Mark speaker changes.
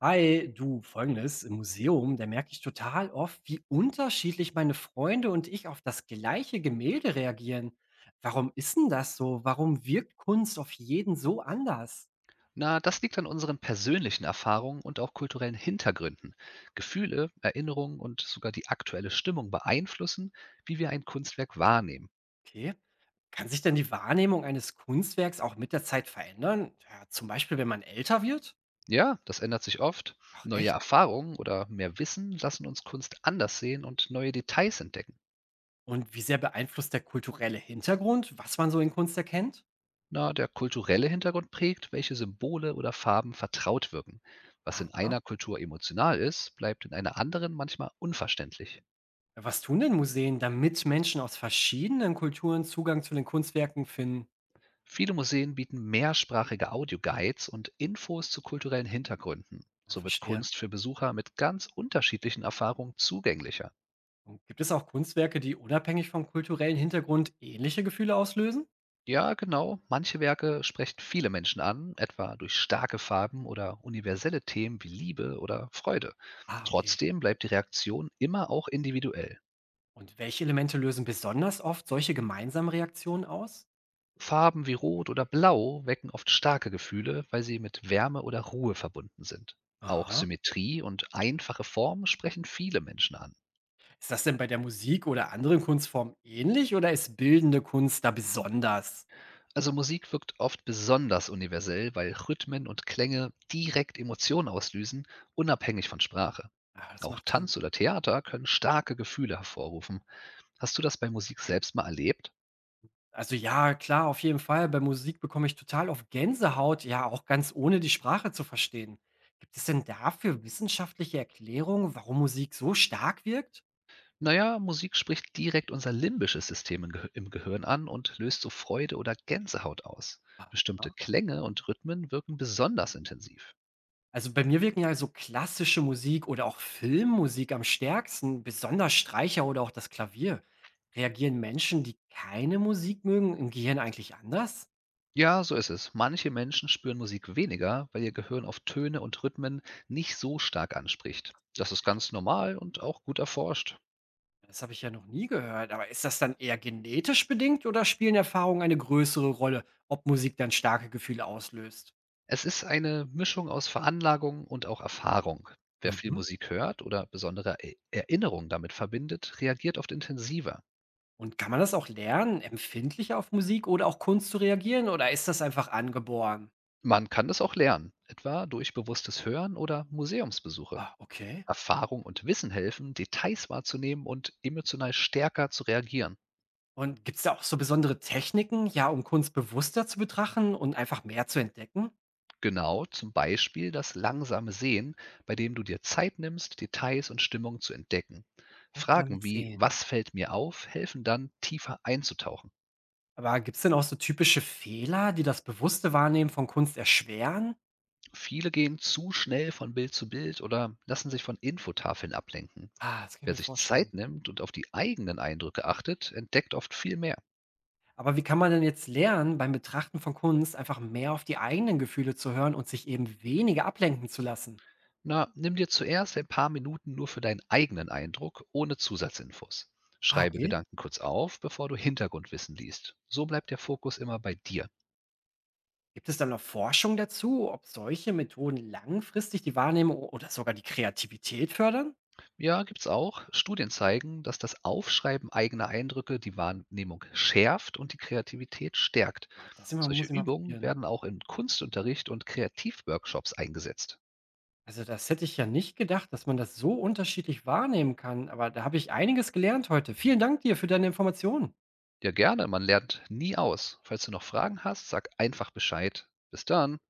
Speaker 1: Hi, du, folgendes, im Museum, da merke ich total oft, wie unterschiedlich meine Freunde und ich auf das gleiche Gemälde reagieren. Warum ist denn das so? Warum wirkt Kunst auf jeden so anders?
Speaker 2: Na, das liegt an unseren persönlichen Erfahrungen und auch kulturellen Hintergründen. Gefühle, Erinnerungen und sogar die aktuelle Stimmung beeinflussen, wie wir ein Kunstwerk wahrnehmen.
Speaker 1: Okay. Kann sich denn die Wahrnehmung eines Kunstwerks auch mit der Zeit verändern? Ja, zum Beispiel, wenn man älter wird?
Speaker 2: Ja, das ändert sich oft.
Speaker 1: Ach
Speaker 2: Neue
Speaker 1: echt?
Speaker 2: Erfahrungen oder mehr Wissen lassen uns Kunst anders sehen und neue Details entdecken.
Speaker 1: Und wie sehr beeinflusst der kulturelle Hintergrund, was man so in Kunst erkennt?
Speaker 2: Na, der kulturelle Hintergrund prägt, welche Symbole oder Farben vertraut wirken. Was in
Speaker 1: Aha.
Speaker 2: einer Kultur emotional ist, bleibt in einer anderen manchmal unverständlich.
Speaker 1: Ja, was tun denn Museen, damit Menschen aus verschiedenen Kulturen Zugang zu den Kunstwerken finden?
Speaker 2: Viele Museen bieten mehrsprachige Audioguides und Infos zu kulturellen Hintergründen.
Speaker 1: Ja,
Speaker 2: So wird
Speaker 1: verstehe.
Speaker 2: Kunst für Besucher mit ganz unterschiedlichen Erfahrungen zugänglicher.
Speaker 1: Und gibt es auch Kunstwerke, die unabhängig vom kulturellen Hintergrund ähnliche Gefühle auslösen?
Speaker 2: Ja, genau, manche Werke sprechen viele Menschen an, etwa durch starke Farben oder universelle Themen wie Liebe oder Freude.
Speaker 1: Ah, okay.
Speaker 2: Trotzdem bleibt die Reaktion immer auch individuell.
Speaker 1: Und welche Elemente lösen besonders oft solche gemeinsamen Reaktionen aus?
Speaker 2: Farben wie Rot oder Blau wecken oft starke Gefühle, weil sie mit Wärme oder Ruhe verbunden sind. Auch
Speaker 1: Aha.
Speaker 2: Symmetrie und einfache Formen sprechen viele Menschen an.
Speaker 1: Ist das denn bei der Musik oder anderen Kunstformen ähnlich oder ist bildende Kunst da besonders?
Speaker 2: Also Musik wirkt oft besonders universell, weil Rhythmen und Klänge direkt Emotionen auslösen, unabhängig von Sprache.
Speaker 1: Ah, das
Speaker 2: Auch
Speaker 1: macht Sinn.
Speaker 2: Tanz oder Theater können starke Gefühle hervorrufen. Hast du das bei Musik selbst mal erlebt?
Speaker 1: Also ja, klar, auf jeden Fall. Bei Musik bekomme ich total auf Gänsehaut, ja, auch ganz ohne die Sprache zu verstehen. Gibt es denn dafür wissenschaftliche Erklärungen, warum Musik so stark wirkt?
Speaker 2: Naja, Musik spricht direkt unser limbisches System im Gehirn an und löst so Freude oder Gänsehaut aus. Bestimmte
Speaker 1: Aha.
Speaker 2: Klänge und Rhythmen wirken besonders intensiv.
Speaker 1: Also bei mir wirken ja so klassische Musik oder auch Filmmusik am stärksten, besonders Streicher oder auch das Klavier. Reagieren Menschen, die keine Musik mögen, im Gehirn eigentlich anders?
Speaker 2: Ja, so ist es. Manche Menschen spüren Musik weniger, weil ihr Gehirn auf Töne und Rhythmen nicht so stark anspricht. Das ist
Speaker 1: Wirklich?
Speaker 2: ganz normal und auch gut erforscht.
Speaker 1: Das habe ich ja noch nie gehört. Aber ist das dann eher genetisch bedingt oder spielen Erfahrungen eine größere Rolle, ob Musik dann starke Gefühle auslöst?
Speaker 2: Es ist eine Mischung aus Veranlagung und auch Erfahrung. Wer viel
Speaker 1: Mhm.
Speaker 2: Musik hört oder besondere Erinnerungen damit verbindet, reagiert oft intensiver.
Speaker 1: Und kann man das auch lernen, empfindlicher auf Musik oder auch Kunst zu reagieren oder ist das einfach angeboren?
Speaker 2: Man kann das auch lernen, etwa durch bewusstes Hören oder Museumsbesuche.
Speaker 1: Ah, okay.
Speaker 2: Erfahrung und Wissen helfen, Details wahrzunehmen und emotional stärker zu reagieren.
Speaker 1: Und gibt es da auch so besondere Techniken, ja, um Kunst bewusster zu betrachten und einfach mehr zu entdecken?
Speaker 2: Genau, zum Beispiel das langsame Sehen, bei dem du dir Zeit nimmst, Details und Stimmung zu entdecken.
Speaker 1: Langsam
Speaker 2: Fragen wie
Speaker 1: sehen.
Speaker 2: „Was fällt mir auf?“ helfen dann, tiefer einzutauchen.
Speaker 1: Aber gibt es denn auch so typische Fehler, die das bewusste Wahrnehmen von Kunst erschweren?
Speaker 2: Viele gehen zu schnell von Bild zu Bild oder lassen sich von Infotafeln ablenken.
Speaker 1: Ah, das kann ich
Speaker 2: Wer
Speaker 1: mir
Speaker 2: sich Zeit
Speaker 1: vorstellen.
Speaker 2: nimmt und auf die eigenen Eindrücke achtet, entdeckt oft viel mehr.
Speaker 1: Aber wie kann man denn jetzt lernen, beim Betrachten von Kunst einfach mehr auf die eigenen Gefühle zu hören und sich eben weniger ablenken zu lassen?
Speaker 2: Na, nimm dir zuerst ein paar Minuten nur für deinen eigenen Eindruck ohne Zusatzinfos.
Speaker 1: Ah,
Speaker 2: Schreibe
Speaker 1: okay.
Speaker 2: Gedanken kurz auf, bevor du Hintergrundwissen liest. So bleibt der Fokus immer bei dir.
Speaker 1: Gibt es dann noch Forschung dazu, ob solche Methoden langfristig die Wahrnehmung oder sogar die Kreativität fördern?
Speaker 2: Ja, gibt's auch. Studien zeigen, dass das Aufschreiben eigener Eindrücke die Wahrnehmung schärft und die Kreativität stärkt.
Speaker 1: Boah, das immer,
Speaker 2: Solche
Speaker 1: muss ich mal
Speaker 2: Übungen
Speaker 1: probieren.
Speaker 2: werden auch in Kunstunterricht und Kreativworkshops eingesetzt.
Speaker 1: Also, das hätte ich ja nicht gedacht, dass man das so unterschiedlich wahrnehmen kann, aber da habe ich einiges gelernt heute. Vielen Dank dir für deine Informationen.
Speaker 2: Ja, gerne, man lernt nie aus. Falls du noch Fragen hast, sag einfach Bescheid. Bis dann.